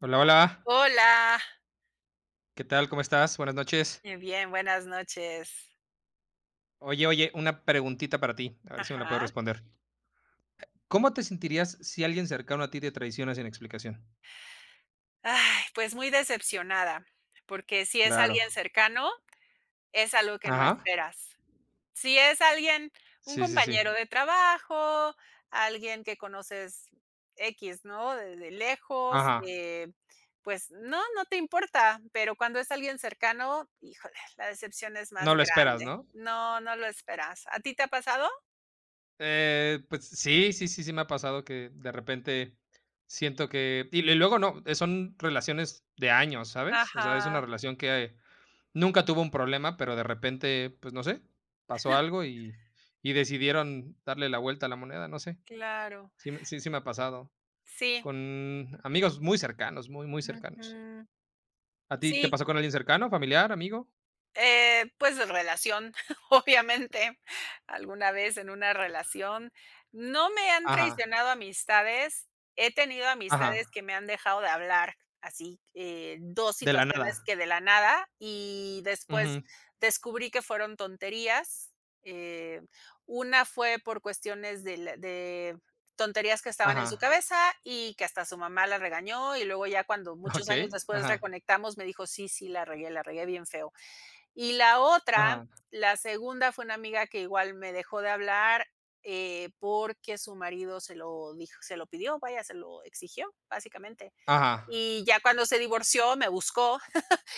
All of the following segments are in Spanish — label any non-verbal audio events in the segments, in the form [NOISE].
Hola, hola. Hola, ¿Qué tal? ¿Cómo estás? Buenas noches. Bien, buenas noches. Oye, oye, una preguntita para ti, a ver si me la puedes Ajá. responder. ¿Cómo te sentirías si alguien cercano a ti te traiciona sin explicación? Ay, pues muy decepcionada, porque si es Claro. alguien cercano, es algo que no Ajá. esperas. Si es alguien, un Sí, sí, sí. compañero de trabajo, alguien que conoces X, ¿no? De lejos, Ajá. Pues no, no te importa, pero cuando es alguien cercano, híjole, la decepción es más No lo esperas, grande. ¿no? No, no lo esperas. ¿A ti te ha pasado? Pues sí, sí, sí, sí me ha pasado que de repente siento que y luego no, son relaciones de años, ¿sabes? O sea, es una Ajá, relación que nunca tuvo un problema, pero de repente, pues no sé, pasó algo y decidieron darle la vuelta a la moneda, no sé. claro. Sí me ha pasado, Sí. con amigos muy cercanos, muy, muy cercanos. Ujú. ¿A ti te Sí, pasó con alguien cercano, familiar, amigo? Pues, relación, [LAUGHS] obviamente, alguna vez en una relación. No me han Ajá, traicionado amistades, he tenido ajá, amistades que me han dejado de hablar, así, 2 de la situaciones nada. que de la nada, y después Ujú, descubrí que fueron tonterías. Eh, una fue por cuestiones de tonterías que estaban en su ajá, cabeza y que hasta su mamá la regañó, y luego ya cuando [LAUGHS] muchos años okey, después ajá, reconectamos, me dijo: "Sí, sí, la regué bien feo". Y la otra, ajá, la segunda fue una amiga que igual me dejó de hablar, porque su marido se lo pidió, vaya, se lo exigió, básicamente. ajá, Y ya cuando se divorció, me buscó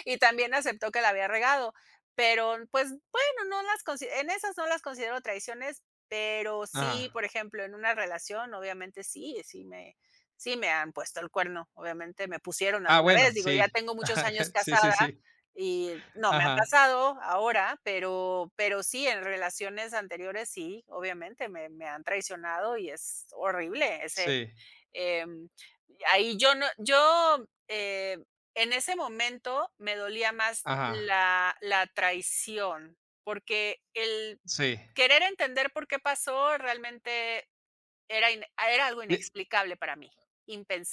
y también aceptó que la había regado, pero, pues, bueno, no las consi en esas no las considero traiciones, pero sí, ajá. por ejemplo, en una relación, obviamente sí, sí me han puesto el cuerno, obviamente me pusieron Ah, alguna bueno, vez, digo, ya sí, tengo [LAUGHS] muchos años ajá, sí, sí, casada sí, y no me ha ajá, pasado ahora, pero sí, en relaciones anteriores sí, obviamente me han traicionado y es horrible ese. sí, Em, ahí yo no yo, en ese momento me dolía más ajá, la traición, porque el sí. querer entender por qué pasó realmente era algo inexplicable para mí,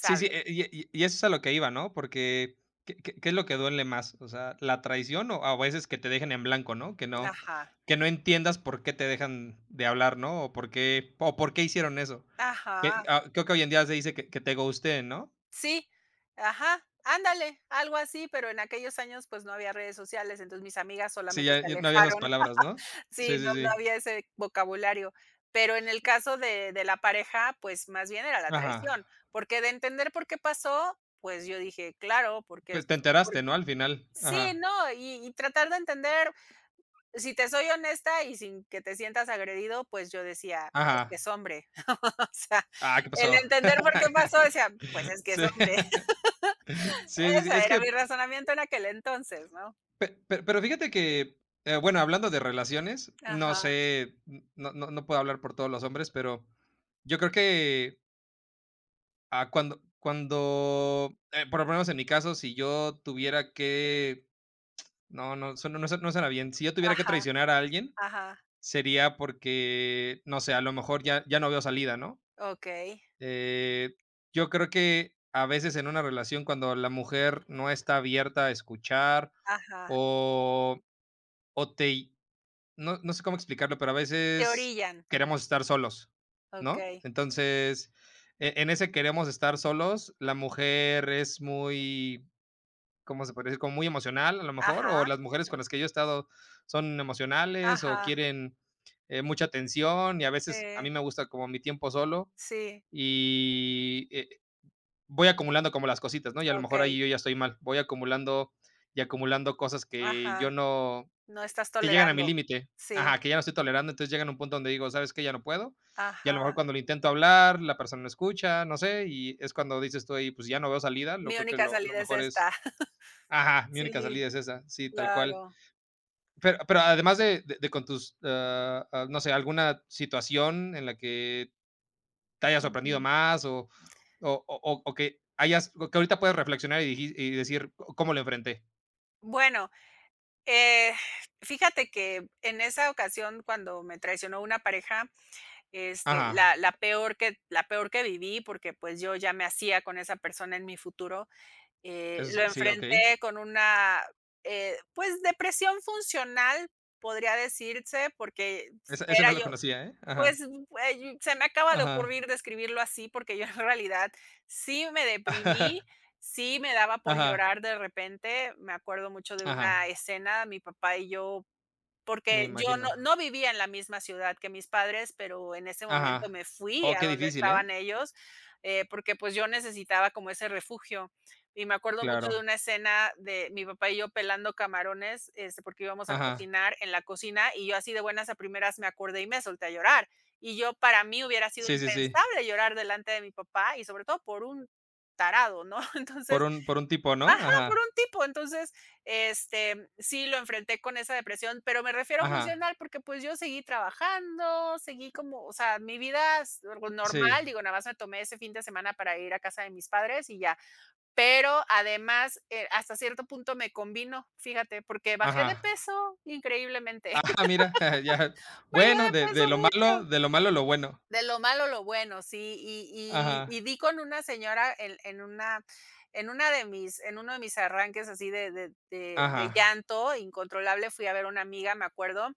Sí, sí, y eso es a lo que iba, ¿no? Porque, ¿qué es lo que duele más? O sea, ¿la traición o a veces que te dejen en blanco, no? Ajá, Que no entiendas por qué te dejan de hablar, ¿no? O por qué hicieron eso. Que, ajá, ah, creo que hoy en día se dice que te ghosteen, ¿no? sí, ajá, ándale, algo así, pero en aquellos años, pues, no había redes sociales, entonces mis amigas Sí, solamente ya se ya no había esas alejaron. palabras, ¿no? Sí, Sí, no, sí, no sí. había ese vocabulario. Pero en el caso de la pareja, pues, más bien era la Ajá. traición, porque de entender por qué pasó, pues, yo dije: "Claro, porque Pe te es por", enteraste, ¿no? Al final. sí, Ajá. no, y tratar de entender, si te soy honesta y sin que te sientas agredido, pues, yo decía: "Es que Ajá. es hombre", [LAUGHS] o sea, Ah, ¿qué el pasó? entender por qué pasó, decía: "Pues, [LAUGHS] es que es Sí. hombre". [LAUGHS] Sí, [LAUGHS] sí, sí. Ese Es era mi que razonamiento en aquel entonces, ¿no? Pero fíjate que, bueno, hablando de relaciones, no Ajá, sé, no, no, no puedo hablar por todos los hombres, pero yo creo que cuando, cuando, por lo menos en mi caso, si yo tuviera que, no, no, no, no suena bien, si yo tuviera que ajá, traicionar a alguien, ajá, sería porque, no sé, a lo mejor ya, ya no veo salida, ¿no? okey, Eh, yo creo que a veces en una relación, cuando la mujer no está abierta a escuchar, ajá. o, o te, no sé cómo explicarlo, pero a Te veces orillan, queremos estar solos, ¿no? okey. Entonces, e en ese queremos estar solos, la mujer es muy, ¿cómo se puede decir? Como muy emocional, a lo mejor, o Ajá, las mujeres con las que yo he estado son emocionales o ajá, quieren, mucha atención y a veces a mí sí, me gusta como mi tiempo solo sí, y, voy acumulando como las cositas, ¿no? Y a lo mejor okey, ahí yo ya estoy mal, voy acumulando y acumulando cosas que yo ajá, no no estás que llegan a mi tolerando, límite. sí, Ajá, que ya no estoy tolerando, entonces llegan a un punto donde digo, ¿sabes qué? Ya no puedo. Y a lo mejor ajá, cuando lo intento hablar, la persona no escucha, no sé, y es cuando dices tú ahí, pues ya no veo salida, lo mi creo que única lo salida es mejor es, esta, [LAUGHS] ajá, mi única sí, salida es esa, sí, tal cual. claro, Pero además de, de con tus, no sé, alguna situación en la que te hayas sorprendido ujú. más o, o que hayas, o que ahorita puedes reflexionar y, y decir, "C- ¿cómo lo enfrenté? Bueno, eh, fíjate que en esa ocasión cuando me traicionó una pareja, Ajá, la peor que viví, porque, pues, yo ya me hacía con esa persona en mi futuro. Lo es, sí, ok. enfrenté con una, pues, depresión funcional, podría decirse, porque Ese era no lo yo, conocía, ¿eh? Ajá, pues, se me acaba de ajá. ocurrir describirlo así, porque yo [LAUGHS] en realidad sí me deprimí, Ajá, sí me daba por ajá, llorar de repente. Me acuerdo mucho de una ajá, escena, mi papá y yo me porque yo no imagino. no vivía en la misma ciudad que mis padres, pero en ese momento Ajá. me fui Oh, a qué donde difícil, ¿eh? estaban ellos, porque, pues, yo necesitaba como ese refugio. Y me acuerdo mucho Claro. de una escena de mi papá y yo pelando camarones, porque íbamos a Ajá. cocinar en la cocina, y yo así de buenas a primeras me acordé y me solté a llorar. Y yo para mí hubiera sido Sí, sí, sí. impensable llorar delante de mi papá y sobre todo por un tarado, ¿no? [LAUGHS] Por Entonces, un por un tipo, ¿no? ajá, por Ajá, un tipo. Entonces, sí lo enfrenté con esa depresión, pero me refiero a ajá. funcional porque, pues, yo seguí trabajando, seguí como, o sea, mi vida s Sí, normal, digo, nada más me tomé ese fin de semana para ir a casa de mis padres y ya. Pero además, hasta cierto punto me convino, fíjate, porque bajé de ajá. peso increíblemente. Ah, [LAUGHS] mira, [LAUGHS] ya. Bajé Bueno, de de peso mucho. Lo malo, lo bueno. De lo malo, lo bueno, sí, y Ajá, di con una señora en una de mis en uno de mis arranques así de ajá, llanto incontrolable, fui a ver una amiga, me acuerdo,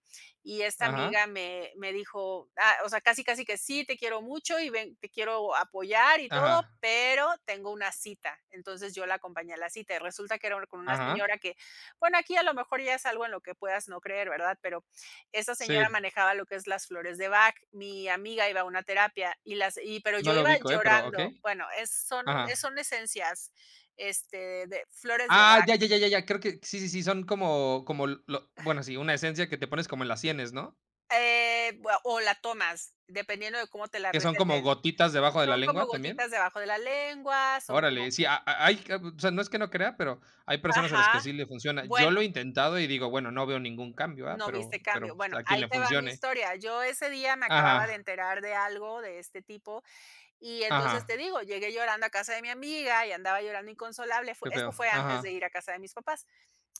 y esta ajá, amiga me dijo, ah, o sea, casi, casi que sí, te quiero mucho y ven, te quiero apoyar y todo, ajá, pero tengo una cita. Entonces yo la acompañé a la cita y resulta que era con una ajá. señora que, bueno, aquí a lo mejor ya es algo en lo que puedas no creer, ¿verdad? Pero esa señora Sí, manejaba lo que es las flores de Bach, mi amiga iba a una terapia y las y pero no yo lo iba ubico, pero llorando. okey. Bueno, es Ajá. son esencias, de flores de Ah, Bach, ya, ya, ya, ya, ya, creo que sí, sí, sí, son como como lo bueno, sí, una esencia que te pones como en las sienes, ¿no? Bua o la tomas, dependiendo de cómo te la Que son como receten. gotitas debajo de la Son como lengua, ¿también? gotitas debajo de la lengua, son Órale, como, sí, ha ha hay, ah, o sea, no es que no crea, pero hay personas a las que ajá. sí le funciona. Yo lo he Bueno, intentado y digo, bueno, no veo ningún cambio, ¿ah? no Pero viste pero, cambio. pues, Bueno, a quien ahí le te va mi funcione. historia. Yo ese día me acababa de Ajá, enterar de algo de este tipo. Y entonces te ajá, digo, llegué llorando a casa de mi amiga y andaba llorando inconsolable. Fue qué esto feo. fue antes de Ajá, ir a casa de mis papás.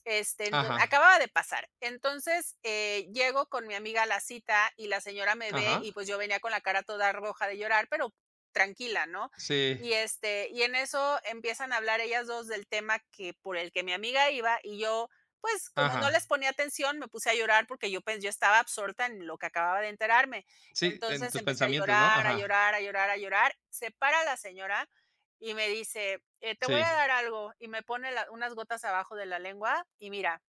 Este, ento ajá, acababa de pasar. Entonces, llego con mi amiga a la cita y la señora me ve ajá, y, pues, yo venía con la cara toda roja de llorar, pero tranquila, ¿no? sí, Y en eso empiezan a hablar ellas 2 del tema que por el que mi amiga iba y yo, pues, como no les ajá. ponía atención, me puse a llorar porque yo estaba absorta en lo que acababa de enterarme. Sí, en Entonces tus empecé a pensamientos, ¿no? llorar, a Ajá, llorar, a llorar, a llorar. Se para la señora y me dice: te voy a sí. dar algo", y me pone la unas gotas abajo de la lengua y mira,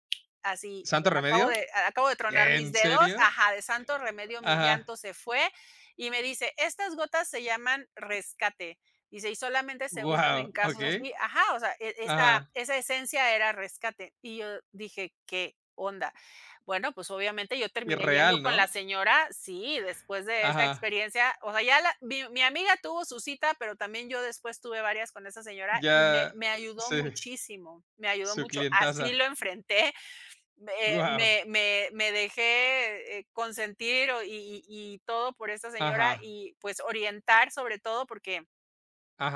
así, ¿Santo bueno, acabo remedio? de a- acabo de tronar mis ¿En dedos, serio? ajá, de santo remedio mi Ajá, llanto se fue, y me dice: "Estas gotas se llaman rescate", dice: "Y solamente se usan guau, en casos okey, así", ajá, o sea, e esa ajá, esa esencia era rescate, y yo dije: "¿Qué onda?". Bueno, pues, obviamente yo terminé yendo irreal, con la ¿no? señora, sí, después de esa Ajá, experiencia, o sea, ya la mi mi amiga tuvo su cita, pero también yo después tuve varias con esa señora y me ya me ayudó sí, muchísimo, me ayudó su mucho, así clientaza, lo enfrenté, me, eh, guau, me me me dejé, consentir o y todo por esta señora ajá, y, pues, orientar, sobre todo, porque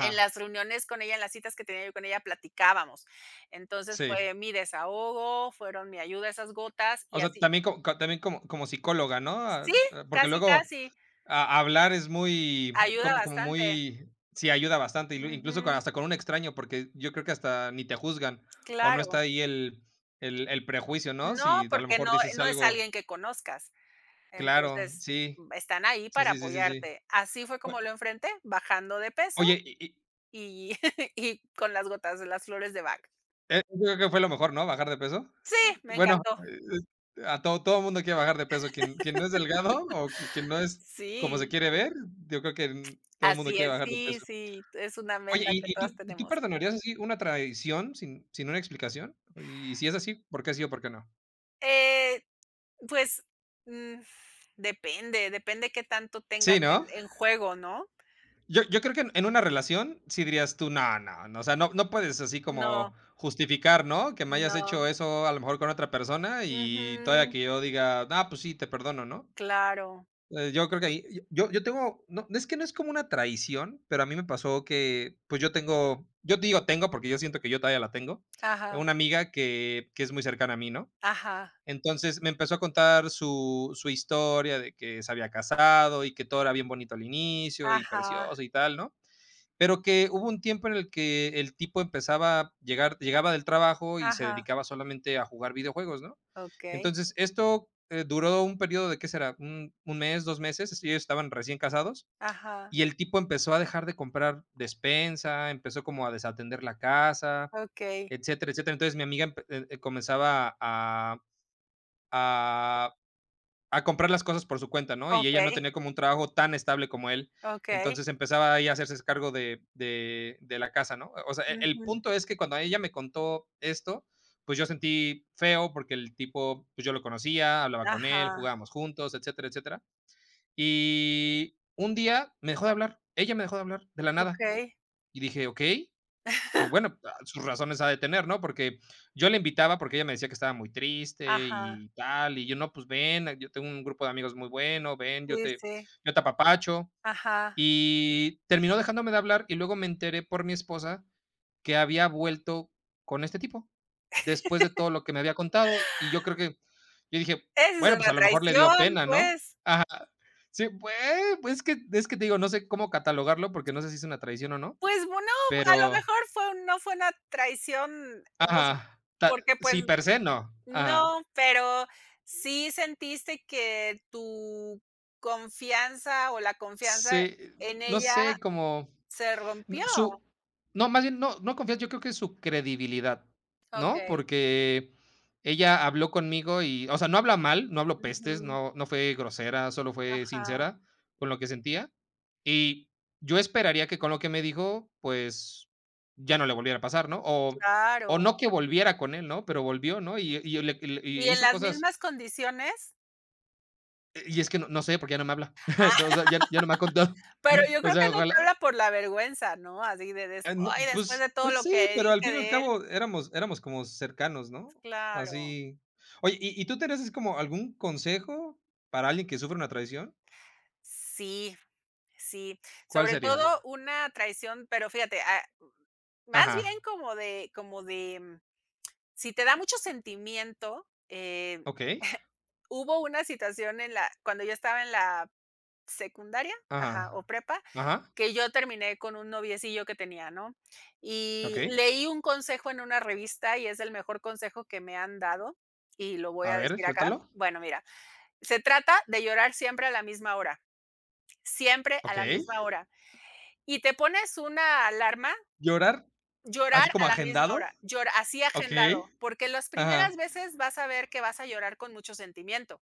en las reuniones con ella, en las citas que tenía yo con ella, platicábamos. Entonces, sí. fue mi desahogo, fueron mi ayuda esas gotas y O sea, así. también co co también como como psicóloga, ¿no? Sí, Porque casi, luego casi, ha hablar es muy ayuda como como bastante. muy sí, ayuda bastante, y lu incluso con Ujú, hasta con un extraño, porque yo creo que hasta ni te juzgan, o no está claro. ahí el el prejuicio, ¿no? No, Si a lo porque mejor no dices no es algo alguien que conozcas. claro, Entonces, sí, están ahí sí, para sí, sí, sí, sí. apoyarte. Así fue O como lo enfrenté, bajando de peso. oye, y Y [LAUGHS] y con las gotas de las flores de Bach. Yo creo que fue lo mejor, ¿no? ¿Bajar de peso? Sí, me Bueno, encantó. A todo mundo quiere bajar de peso, quien no es delgado o que quien no es como se Sí, quiere ver, yo creo que todo el mundo así quiere es. bajar de Sí, peso. sí, es una Oye, meta ¿y que y todas tú y tú tenemos. perdonarías así una traición sin una explicación? Y si es así, ¿por qué sí o por qué no? Eh, pues, mm, depende, depende qué tanto tengas Sí, ¿no? en juego, ¿no? Yo creo que en una relación sí dirías tú: "No, no, no", o sea, no puedes así No, como justificar, ¿no? Que me hayas hecho no. eso a lo mejor con otra persona y todavía Ujú. que yo diga: "Ah, pues sí, te perdono", ¿no? Claro. Yo creo que ahí yo tengo no, es que no es como una traición, pero a mí me pasó que, pues, yo tengo yo digo tengo porque yo siento que yo todavía la tengo, Ajá, una amiga que es muy cercana a mí, ¿no? ajá, Entonces, me empezó a contar su historia de que se había casado y que todo era bien bonito al inicio y ajá, precioso y tal, ¿no? Pero que hubo un tiempo en el que el tipo empezaba a llegar llegaba del trabajo y se ajá. dedicaba solamente a jugar videojuegos, ¿no? Okey. Entonces, esto, duró un periodo de, ¿qué será? Un mes, 2 meses, ellos estaban recién casados, Ajá. y el tipo empezó a dejar de comprar despensa, empezó como a desatender la casa, Okey, etcétera, etcétera. Entonces, mi amiga empe comenzaba a a comprar las cosas por su cuenta, ¿no? Y ella okey, no tenía como un trabajo tan estable como él. okey. Entonces empezaba ahí a hacerse cargo de la casa, ¿no? O sea, el, Ujú. punto es que cuando ella me contó esto, pues yo sentí feo porque el tipo, pues yo lo conocía, hablaba con él, Ajá. jugábamos juntos, etcétera, etcétera. Y un día me dejó de hablar, ella me dejó de hablar de la nada. Okey. Y dije, ok, dije, bueno, [LAUGHS] ah, sus razones ha de tener, ¿no? Porque yo la invitaba porque ella me decía que estaba muy triste Ajá. y tal, y yo, no, pues ven, yo tengo un grupo de amigos muy bueno, ven, Sí, sí, yo te apapacho. ajá. Y terminó dejándome de hablar y luego me enteré por mi esposa que había vuelto con este tipo, después de todo lo que me había contado. Y yo creo que, yo dije, Esa es bueno, pues una a lo mejor le dio traición, pena, ¿no? pues. Ajá. Sí, pues, es que te digo, no sé cómo catalogarlo porque no sé si es una traición o no, Pues, bueno, a lo pero mejor no fue una traición, ajá, vos ta porque, pues, sí, per se no, ajá. no, pero sí sentiste que tu confianza o la confianza Sí, en no ella sé, como se n- rompió. su no, más bien no confías, yo creo que su credibilidad, ¿no? Okey. Porque ella habló conmigo y, o sea, no habla mal, no habló pestes, Ujú. No fue grosera, solo fue Ajá, sincera con lo que sentía, y yo esperaría que con lo que me dijo, pues, ya no le volviera a pasar, ¿no? O claro. no que volviera con él, ¿no? Pero volvió, ¿no? Y ¿Y en hizo las cosas mismas condiciones? Y es que no, no sé, porque ya no me habla. [LAUGHS] No, o sea, ya, ya no me ha contado. Pero yo [LAUGHS] O creo que sea, no te ojalá. habla por la vergüenza, ¿no? Así de después No, después pues, de todo pues lo sí, que pero al dije fin y al de él. cabo éramos, éramos como cercanos, ¿no? Claro. Así. Oye, tú tenías así como algún consejo para alguien que sufre una traición? Sí, sí. ¿Cuál Sobre sería? todo una traición, pero fíjate, más bien Ajá. como de, si te da mucho sentimiento, Ok. [LAUGHS] hubo una situación en la cuando yo estaba en la secundaria, Ajá. ajá, o prepa, Ajá. que yo terminé con un noviecillo que tenía, ¿no? Ok. Y leí un consejo en una revista y es el mejor consejo que me han dado, y lo voy A a ver, decir acá. suéltalo. Bueno, mira, se trata de llorar siempre a la misma hora. Siempre a Ok. la misma hora. Y te pones una alarma, Llorar, así llorar como a la misma agendado. hora, llor así Ok. agendado, porque las Ajá. primeras veces vas a ver que vas a llorar con mucho sentimiento.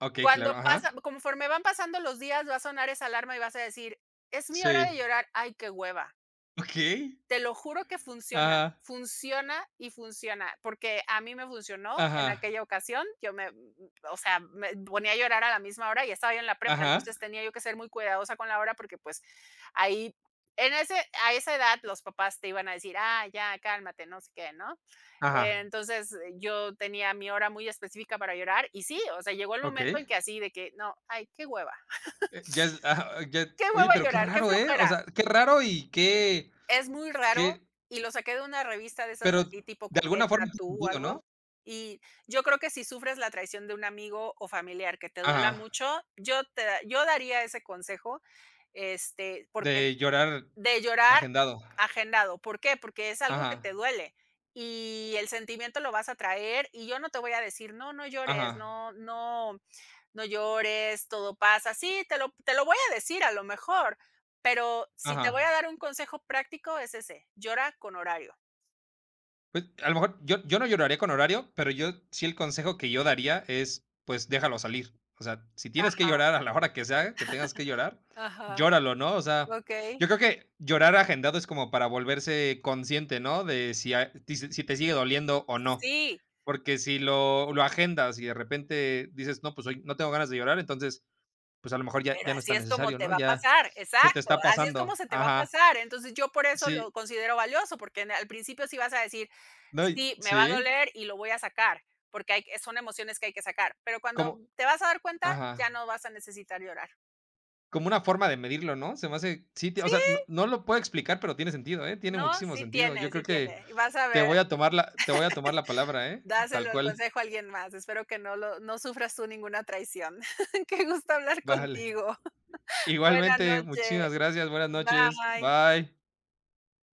Ok, Cuando claro. pasa Ajá. conforme van pasando los días, va a sonar esa alarma y vas a decir: "Es mi hora Sí. de llorar, ay, qué hueva". Ok. Te lo juro que funciona, Ajá. funciona y funciona, porque a mí me funcionó en Ajá. aquella ocasión. Yo me, mm, mm, o sea, me ponía a llorar a la misma hora y estaba yo en la prepa, Ajá. entonces tenía yo que ser muy cuidadosa con la hora porque, pues, ahí en ese a esa edad los papás te iban a decir: "Ah, ya, cálmate, no sé qué", ¿no? Eh, Ajá. Entonces, eh, yo tenía mi hora muy específica para llorar y sí, o sea, llegó el momento Okey. en que así de que: "No, ay, Ya es ya qué oye, hueva pero qué llorar, qué raro, ¿eh? O flojera". sea, qué raro y qué Es muy raro, qué y lo saqué de una revista de esas pero así tipo de alguna Coqueta, forma tiene Tú o sentido, ¿no? algo, y yo creo que si sufres la traición de un amigo o familiar que te duela Ajá, mucho, yo te da yo daría ese consejo, porque de llorar de llorar agendado. agendado, ¿por qué? Porque es algo que Ajá, te duele, y el sentimiento lo vas a traer, y yo no te voy a decir: "No, no llores, ajá, no llores, todo pasa. Sí, te lo voy a decir a lo mejor, pero si te voy ajá. a dar un consejo práctico es ese, llora con horario. Pues a lo mejor yo no lloraría con horario, pero yo sí el consejo que yo daría es, pues déjalo salir. O sea, si tienes que Ajá, llorar a la hora que sea, que tengas que llorar, ajá, llóralo, ¿no? O sea, okey. yo creo que llorar agendado es como para volverse consciente, ¿no? De si, si te sigue doliendo o no. Sí, Porque si lo, lo agendas y de repente dices, no, pues hoy no tengo ganas de llorar, entonces, pues a lo mejor ya, pero ya no es así tan es como necesario, te ¿no? va a Ya pasar, se te exacto, está así es como pasando. se te va a Ajá. pasar. Entonces, yo por eso Sí. lo considero valioso, porque en al principio sí vas a decir: No, "Sí, me va a sí. doler y lo voy a sacar", porque hay son emociones que hay que sacar, pero cuando Como, te vas a dar cuenta, ya ajá. no vas a necesitar llorar. Como una forma de medirlo, ¿no? Se me hace sí, o Sí, sea, no lo puedo explicar, pero tiene sentido, ¿eh? Tiene no, muchísimo sentido. Yo creo sí que tiene, y vas a ver. Te voy a tomar la palabra, ¿eh? Tal Dáselo el cual. consejo a alguien más. Espero que no sufras tú ninguna traición. [LAUGHS] Qué gusto hablar Vale. contigo. [LAUGHS] Buena Igualmente, noche. muchísimas gracias. Buenas noches. Bye. Bye.